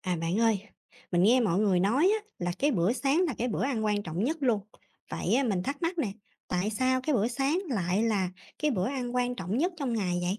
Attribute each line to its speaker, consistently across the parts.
Speaker 1: À, bạn ơi, mình nghe mọi người nói á, là cái bữa sáng là cái bữa ăn quan trọng nhất luôn. Vậy á, mình thắc mắc nè, tại sao cái bữa sáng lại là cái bữa ăn quan trọng nhất trong ngày vậy?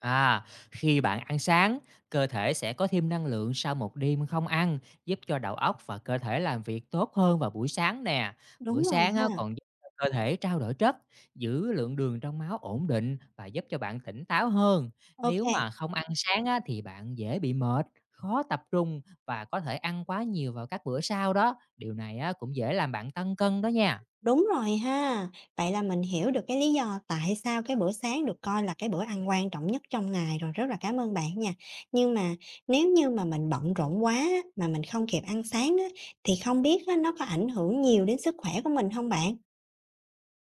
Speaker 2: À, khi bạn ăn sáng, cơ thể sẽ có thêm năng lượng sau một đêm không ăn, giúp cho đầu óc và cơ thể làm việc tốt hơn vào buổi sáng nè.
Speaker 1: Đúng
Speaker 2: Buổi
Speaker 1: rồi
Speaker 2: sáng á,
Speaker 1: ha.
Speaker 2: còn giúp cho cơ thể trao đổi chất, giữ lượng đường trong máu ổn định và giúp cho bạn tỉnh táo hơn. Nếu
Speaker 1: OK.
Speaker 2: mà không ăn sáng á, thì bạn dễ bị mệt, khó tập trung và có thể ăn quá nhiều vào các bữa sau đó. Điều này á, cũng dễ làm bạn tăng cân đó nha.
Speaker 1: Đúng rồi ha. Vậy là mình hiểu được cái lý do tại sao cái bữa sáng được coi là cái bữa ăn quan trọng nhất trong ngày rồi, rất là cảm ơn bạn nha. Nhưng mà nếu như mà mình bận rộn quá á, mà mình không kịp ăn sáng á, thì không biết á, nó có ảnh hưởng nhiều đến sức khỏe của mình không bạn?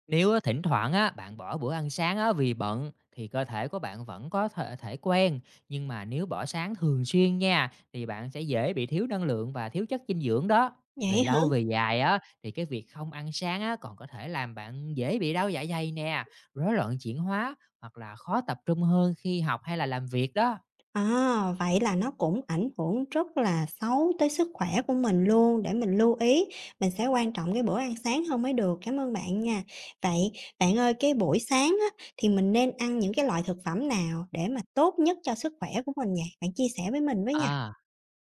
Speaker 2: Nếu á, thỉnh thoảng á, bạn bỏ bữa ăn sáng á, vì bận thì cơ thể của bạn vẫn có thể quen nhưng mà nếu bỏ sáng thường xuyên nha thì bạn sẽ dễ bị thiếu năng lượng và thiếu chất dinh dưỡng đó. Về
Speaker 1: Vậy
Speaker 2: lâu về dài á thì cái việc không ăn sáng á, còn có thể làm bạn dễ bị đau dạ dày nè, rối loạn chuyển hóa hoặc là khó tập trung hơn khi học hay là làm việc đó.
Speaker 1: À, vậy là nó cũng ảnh hưởng rất là xấu tới sức khỏe của mình luôn, để mình lưu ý, mình sẽ quan trọng cái bữa ăn sáng hơn mới được. Cảm ơn bạn nha. Vậy bạn ơi, cái buổi sáng á, thì mình nên ăn những cái loại thực phẩm nào để mà tốt nhất cho sức khỏe của mình nhỉ? Bạn chia sẻ với mình với nha.
Speaker 2: À.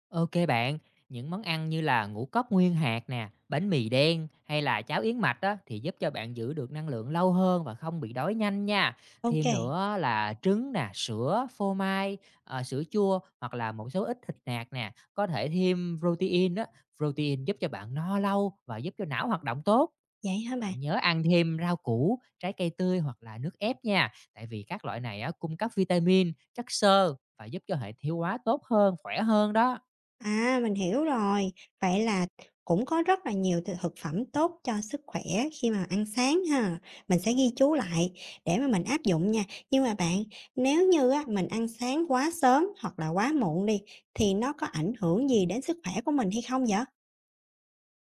Speaker 2: Ok bạn, những món ăn như là ngũ cốc nguyên hạt nè, bánh mì đen hay là cháo yến mạch á, thì giúp cho bạn giữ được năng lượng lâu hơn và không bị đói nhanh nha.
Speaker 1: OK.
Speaker 2: Thêm nữa là trứng nè, sữa, phô mai, sữa chua hoặc là một số ít thịt nạc nè, có thể thêm protein á, protein giúp cho bạn no lâu và giúp cho não hoạt động tốt.
Speaker 1: Vậy hả bạn?
Speaker 2: Bạn nhớ ăn thêm rau củ, trái cây tươi hoặc là nước ép nha, tại vì các loại này á, cung cấp vitamin, chất xơ và giúp cho hệ tiêu hóa tốt hơn, khỏe hơn đó.
Speaker 1: À, mình hiểu rồi. Vậy là cũng có rất là nhiều thực thực phẩm tốt cho sức khỏe khi mà ăn sáng ha. Mình sẽ ghi chú lại để mà mình áp dụng nha. Nhưng mà bạn, nếu như á, mình ăn sáng quá sớm hoặc là quá muộn đi, thì nó có ảnh hưởng gì đến sức khỏe của mình hay không vậy?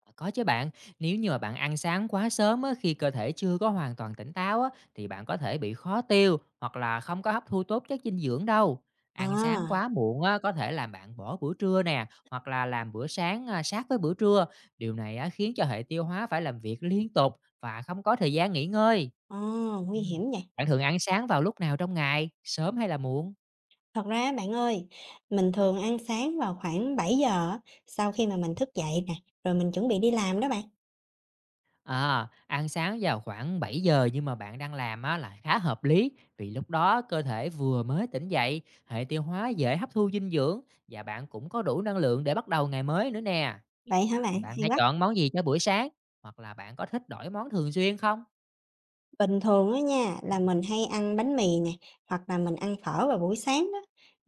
Speaker 2: À, có chứ bạn, nếu như mà bạn ăn sáng quá sớm á, khi cơ thể chưa có hoàn toàn tỉnh táo á, thì bạn có thể bị khó tiêu hoặc là không có hấp thu tốt chất dinh dưỡng đâu. Ăn sáng
Speaker 1: À,
Speaker 2: quá muộn á, có thể làm bạn bỏ bữa trưa nè, hoặc là làm bữa sáng à, sát với bữa trưa. Điều này á, khiến cho hệ tiêu hóa phải làm việc liên tục và không có thời gian nghỉ ngơi.
Speaker 1: à, nguy
Speaker 2: Ừ.
Speaker 1: hiểm vậy.
Speaker 2: Bạn thường ăn sáng vào lúc nào trong ngày, sớm hay là muộn?
Speaker 1: Thật ra bạn ơi, mình thường ăn sáng vào khoảng 7 giờ á, sau khi mà mình thức dậy nè, rồi mình chuẩn bị đi làm đó bạn.
Speaker 2: À, ăn sáng vào khoảng 7 giờ nhưng mà bạn đang làm á là khá hợp lý, vì lúc đó cơ thể vừa mới tỉnh dậy, hệ tiêu hóa dễ hấp thu dinh dưỡng và bạn cũng có đủ năng lượng để bắt đầu ngày mới nữa nè.
Speaker 1: Vậy hả bạn?
Speaker 2: Bạn
Speaker 1: Hay
Speaker 2: hãy
Speaker 1: quá.
Speaker 2: chọn món gì cho buổi sáng, hoặc là bạn có thích đổi món thường xuyên không?
Speaker 1: Bình thường á nha, là mình hay ăn bánh mì nè, hoặc là mình ăn phở vào buổi sáng đó.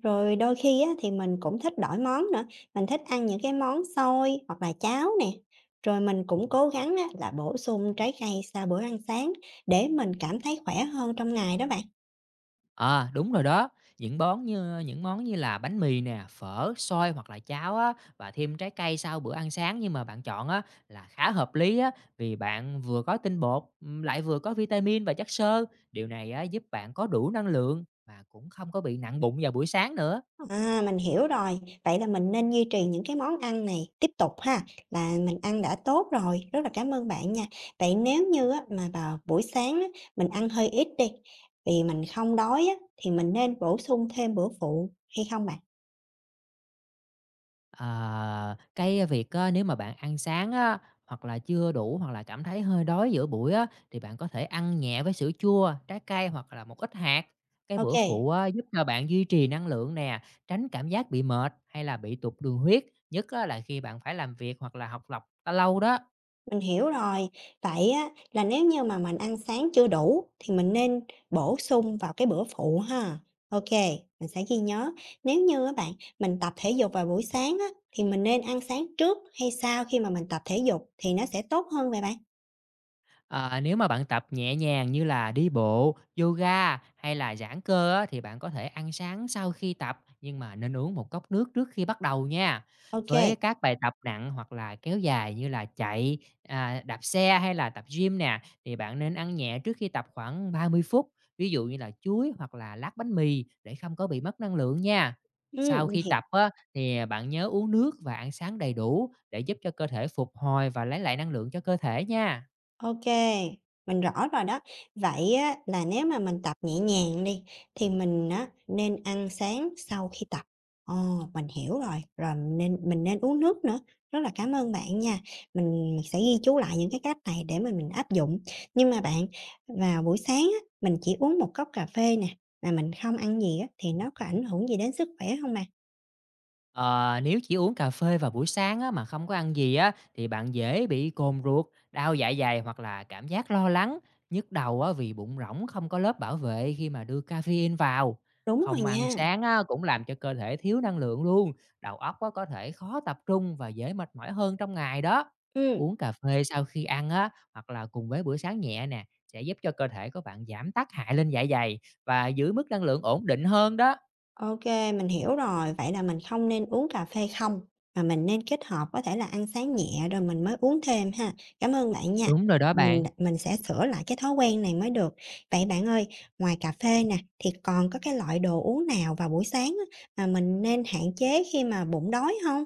Speaker 1: Rồi đôi khi á, thì mình cũng thích đổi món nữa, mình thích ăn những cái món xôi hoặc là cháo nè. Rồi mình cũng cố gắng á, là bổ sung trái cây sau bữa ăn sáng để mình cảm thấy khỏe hơn trong ngày đó bạn.
Speaker 2: À, đúng rồi đó. Những món như là bánh mì nè, phở, xôi hoặc là cháo á, và thêm trái cây sau bữa ăn sáng nhưng mà bạn chọn á, là khá hợp lý á, vì bạn vừa có tinh bột, lại vừa có vitamin và chất xơ. Điều này á, giúp bạn có đủ năng lượng mà cũng không có bị nặng bụng vào buổi sáng nữa.
Speaker 1: À, mình hiểu rồi. Vậy là mình nên duy trì những cái món ăn này tiếp tục ha, là mình ăn đã tốt rồi, rất là cảm ơn bạn nha. Vậy nếu như á, mà vào buổi sáng á, mình ăn hơi ít đi, vì mình không đói á, thì mình nên bổ sung thêm bữa phụ hay không bạn?
Speaker 2: Ờ, cái việc á, nếu mà bạn ăn sáng á, hoặc là chưa đủ hoặc là cảm thấy hơi đói giữa buổi á, thì bạn có thể ăn nhẹ với sữa chua, trái cây hoặc là một ít hạt. Cái bữa
Speaker 1: OK.
Speaker 2: phụ á, giúp cho bạn duy trì năng lượng nè, tránh cảm giác bị mệt hay là bị tụt đường huyết, nhất á, là khi bạn phải làm việc hoặc là học tập lâu đó.
Speaker 1: Mình hiểu rồi. Vậy á, là nếu như mà mình ăn sáng chưa đủ thì mình nên bổ sung vào cái bữa phụ ha. OK, mình sẽ ghi nhớ. Nếu như á bạn, mình tập thể dục vào buổi sáng á, thì mình nên ăn sáng trước hay sau khi mà mình tập thể dục thì nó sẽ tốt hơn vậy bạn?
Speaker 2: Ờ, nếu mà bạn tập nhẹ nhàng như là đi bộ, yoga hay là giãn cơ á, thì bạn có thể ăn sáng sau khi tập nhưng mà nên uống một cốc nước trước khi bắt đầu nha.
Speaker 1: OK.
Speaker 2: Với các bài tập nặng hoặc là kéo dài như là chạy, à, đạp xe hay là tập gym nè thì bạn nên ăn nhẹ trước khi tập khoảng 30 phút, ví dụ như là chuối hoặc là lát bánh mì để không có bị mất năng lượng nha.
Speaker 1: Ừ,
Speaker 2: Sau khi tập á, thì bạn nhớ uống nước và ăn sáng đầy đủ để giúp cho cơ thể phục hồi và lấy lại năng lượng cho cơ thể nha.
Speaker 1: OK, mình rõ rồi đó. Vậy á là nếu mà mình tập nhẹ nhàng đi, thì mình á nên ăn sáng sau khi tập. Ờ, mình hiểu rồi, rồi mình nên uống nước nữa. Rất là cảm ơn bạn nha. Mình mình sẽ ghi chú lại những cái cách này để mà mình áp dụng. Nhưng mà bạn, vào buổi sáng á, mình chỉ uống một cốc cà phê nè, mà mình không ăn gì á, thì nó có ảnh hưởng gì đến sức khỏe không bạn?
Speaker 2: Ờ, nếu chỉ uống cà phê vào buổi sáng á, mà không có ăn gì á, thì bạn dễ bị cồn ruột, đau dạ dày hoặc là cảm giác lo lắng, nhức đầu á, vì bụng rỗng không có lớp bảo vệ khi mà đưa caffeine vào.
Speaker 1: Đúng rồi
Speaker 2: Không ăn
Speaker 1: nha.
Speaker 2: sáng á, cũng làm cho cơ thể thiếu năng lượng luôn, đầu óc á, có thể khó tập trung và dễ mệt mỏi hơn trong ngày đó.
Speaker 1: Ừ.
Speaker 2: Uống cà phê sau khi ăn á, hoặc là cùng với bữa sáng nhẹ nè, sẽ giúp cho cơ thể của bạn giảm tác hại lên dạ dày và giữ mức năng lượng ổn định hơn đó.
Speaker 1: OK, mình hiểu rồi. Vậy là mình không nên uống cà phê không, mà mình nên kết hợp có thể là ăn sáng nhẹ rồi mình mới uống thêm ha. Cảm ơn bạn nha.
Speaker 2: Đúng rồi đó
Speaker 1: Mình
Speaker 2: bạn.
Speaker 1: mình sẽ sửa lại cái thói quen này mới được. Vậy bạn ơi, ngoài cà phê nè, thì còn có cái loại đồ uống nào vào buổi sáng á, mà mình nên hạn chế khi mà bụng đói không?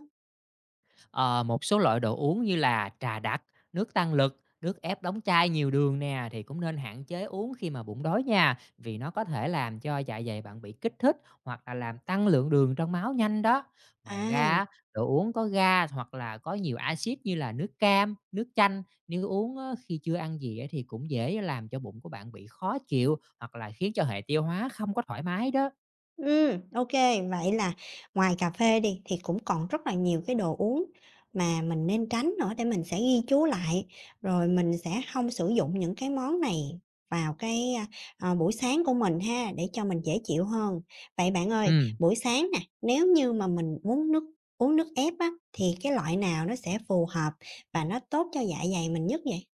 Speaker 2: Ờ, một số loại đồ uống như là trà đặc, nước tăng lực, nước ép đóng chai nhiều đường nè thì cũng nên hạn chế uống khi mà bụng đói nha, vì nó có thể làm cho dạ dày bạn bị kích thích hoặc là làm tăng lượng đường trong máu nhanh đó. Ngoài
Speaker 1: À.
Speaker 2: ra, đồ uống có ga hoặc là có nhiều axit như là nước cam, nước chanh, nếu uống á, khi chưa ăn gì á thì cũng dễ làm cho bụng của bạn bị khó chịu hoặc là khiến cho hệ tiêu hóa không có thoải mái đó.
Speaker 1: OK. Vậy là ngoài cà phê đi, thì cũng còn rất là nhiều cái đồ uống mà mình nên tránh nữa để mình sẽ ghi chú lại, rồi mình sẽ không sử dụng những cái món này vào buổi sáng của mình ha, để cho mình dễ chịu hơn. Vậy bạn ơi,
Speaker 2: Ừ.
Speaker 1: buổi sáng nè, nếu như mà mình muốn uống nước ép á, thì cái loại nào nó sẽ phù hợp và nó tốt cho dạ dày mình nhất vậy?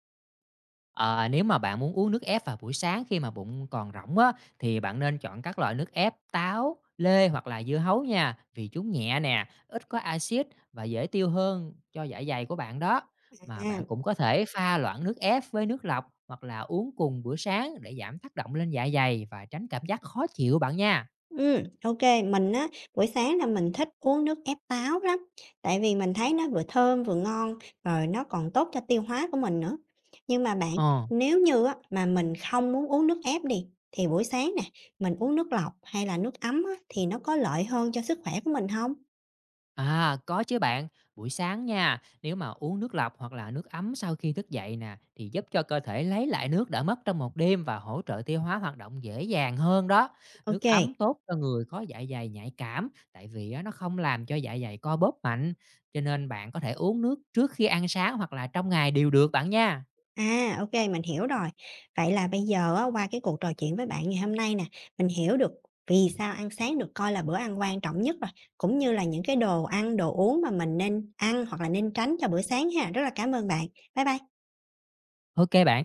Speaker 2: Ờ, nếu mà bạn muốn uống nước ép vào buổi sáng khi mà bụng còn rỗng á, thì bạn nên chọn các loại nước ép táo, lê hoặc là dưa hấu nha, vì chúng nhẹ nè, ít có axit và dễ tiêu hơn cho dạ dày của bạn đó. Mà bạn
Speaker 1: À.
Speaker 2: cũng có thể pha loãng nước ép với nước lọc hoặc là uống cùng bữa sáng để giảm tác động lên dạ dày và tránh cảm giác khó chịu bạn nha.
Speaker 1: OK. Mình á, buổi sáng là mình thích uống nước ép táo lắm, tại vì mình thấy nó vừa thơm vừa ngon, rồi nó còn tốt cho tiêu hóa của mình nữa. Nhưng mà bạn,
Speaker 2: Ờ.
Speaker 1: nếu như á, mà mình không muốn uống nước ép đi, thì buổi sáng nè, mình uống nước lọc hay là nước ấm á, thì nó có lợi hơn cho sức khỏe của mình không?
Speaker 2: À, có chứ bạn. Buổi sáng nha, nếu mà uống nước lọc hoặc là nước ấm sau khi thức dậy nè, thì giúp cho cơ thể lấy lại nước đã mất trong một đêm và hỗ trợ tiêu hóa hoạt động dễ dàng hơn đó. Nước
Speaker 1: OK.
Speaker 2: ấm tốt cho người có dạ dày nhạy cảm, tại vì á, nó không làm cho dạ dày co bóp mạnh. Cho nên bạn có thể uống nước trước khi ăn sáng hoặc là trong ngày đều được bạn nha.
Speaker 1: À, OK, mình hiểu rồi. Vậy là bây giờ á, qua cái cuộc trò chuyện với bạn ngày hôm nay nè, mình hiểu được vì sao ăn sáng được coi là bữa ăn quan trọng nhất rồi, cũng như là những cái đồ ăn, đồ uống mà mình nên ăn hoặc là nên tránh cho bữa sáng ha. Rất là cảm ơn bạn. Bye bye.
Speaker 2: Ok bạn.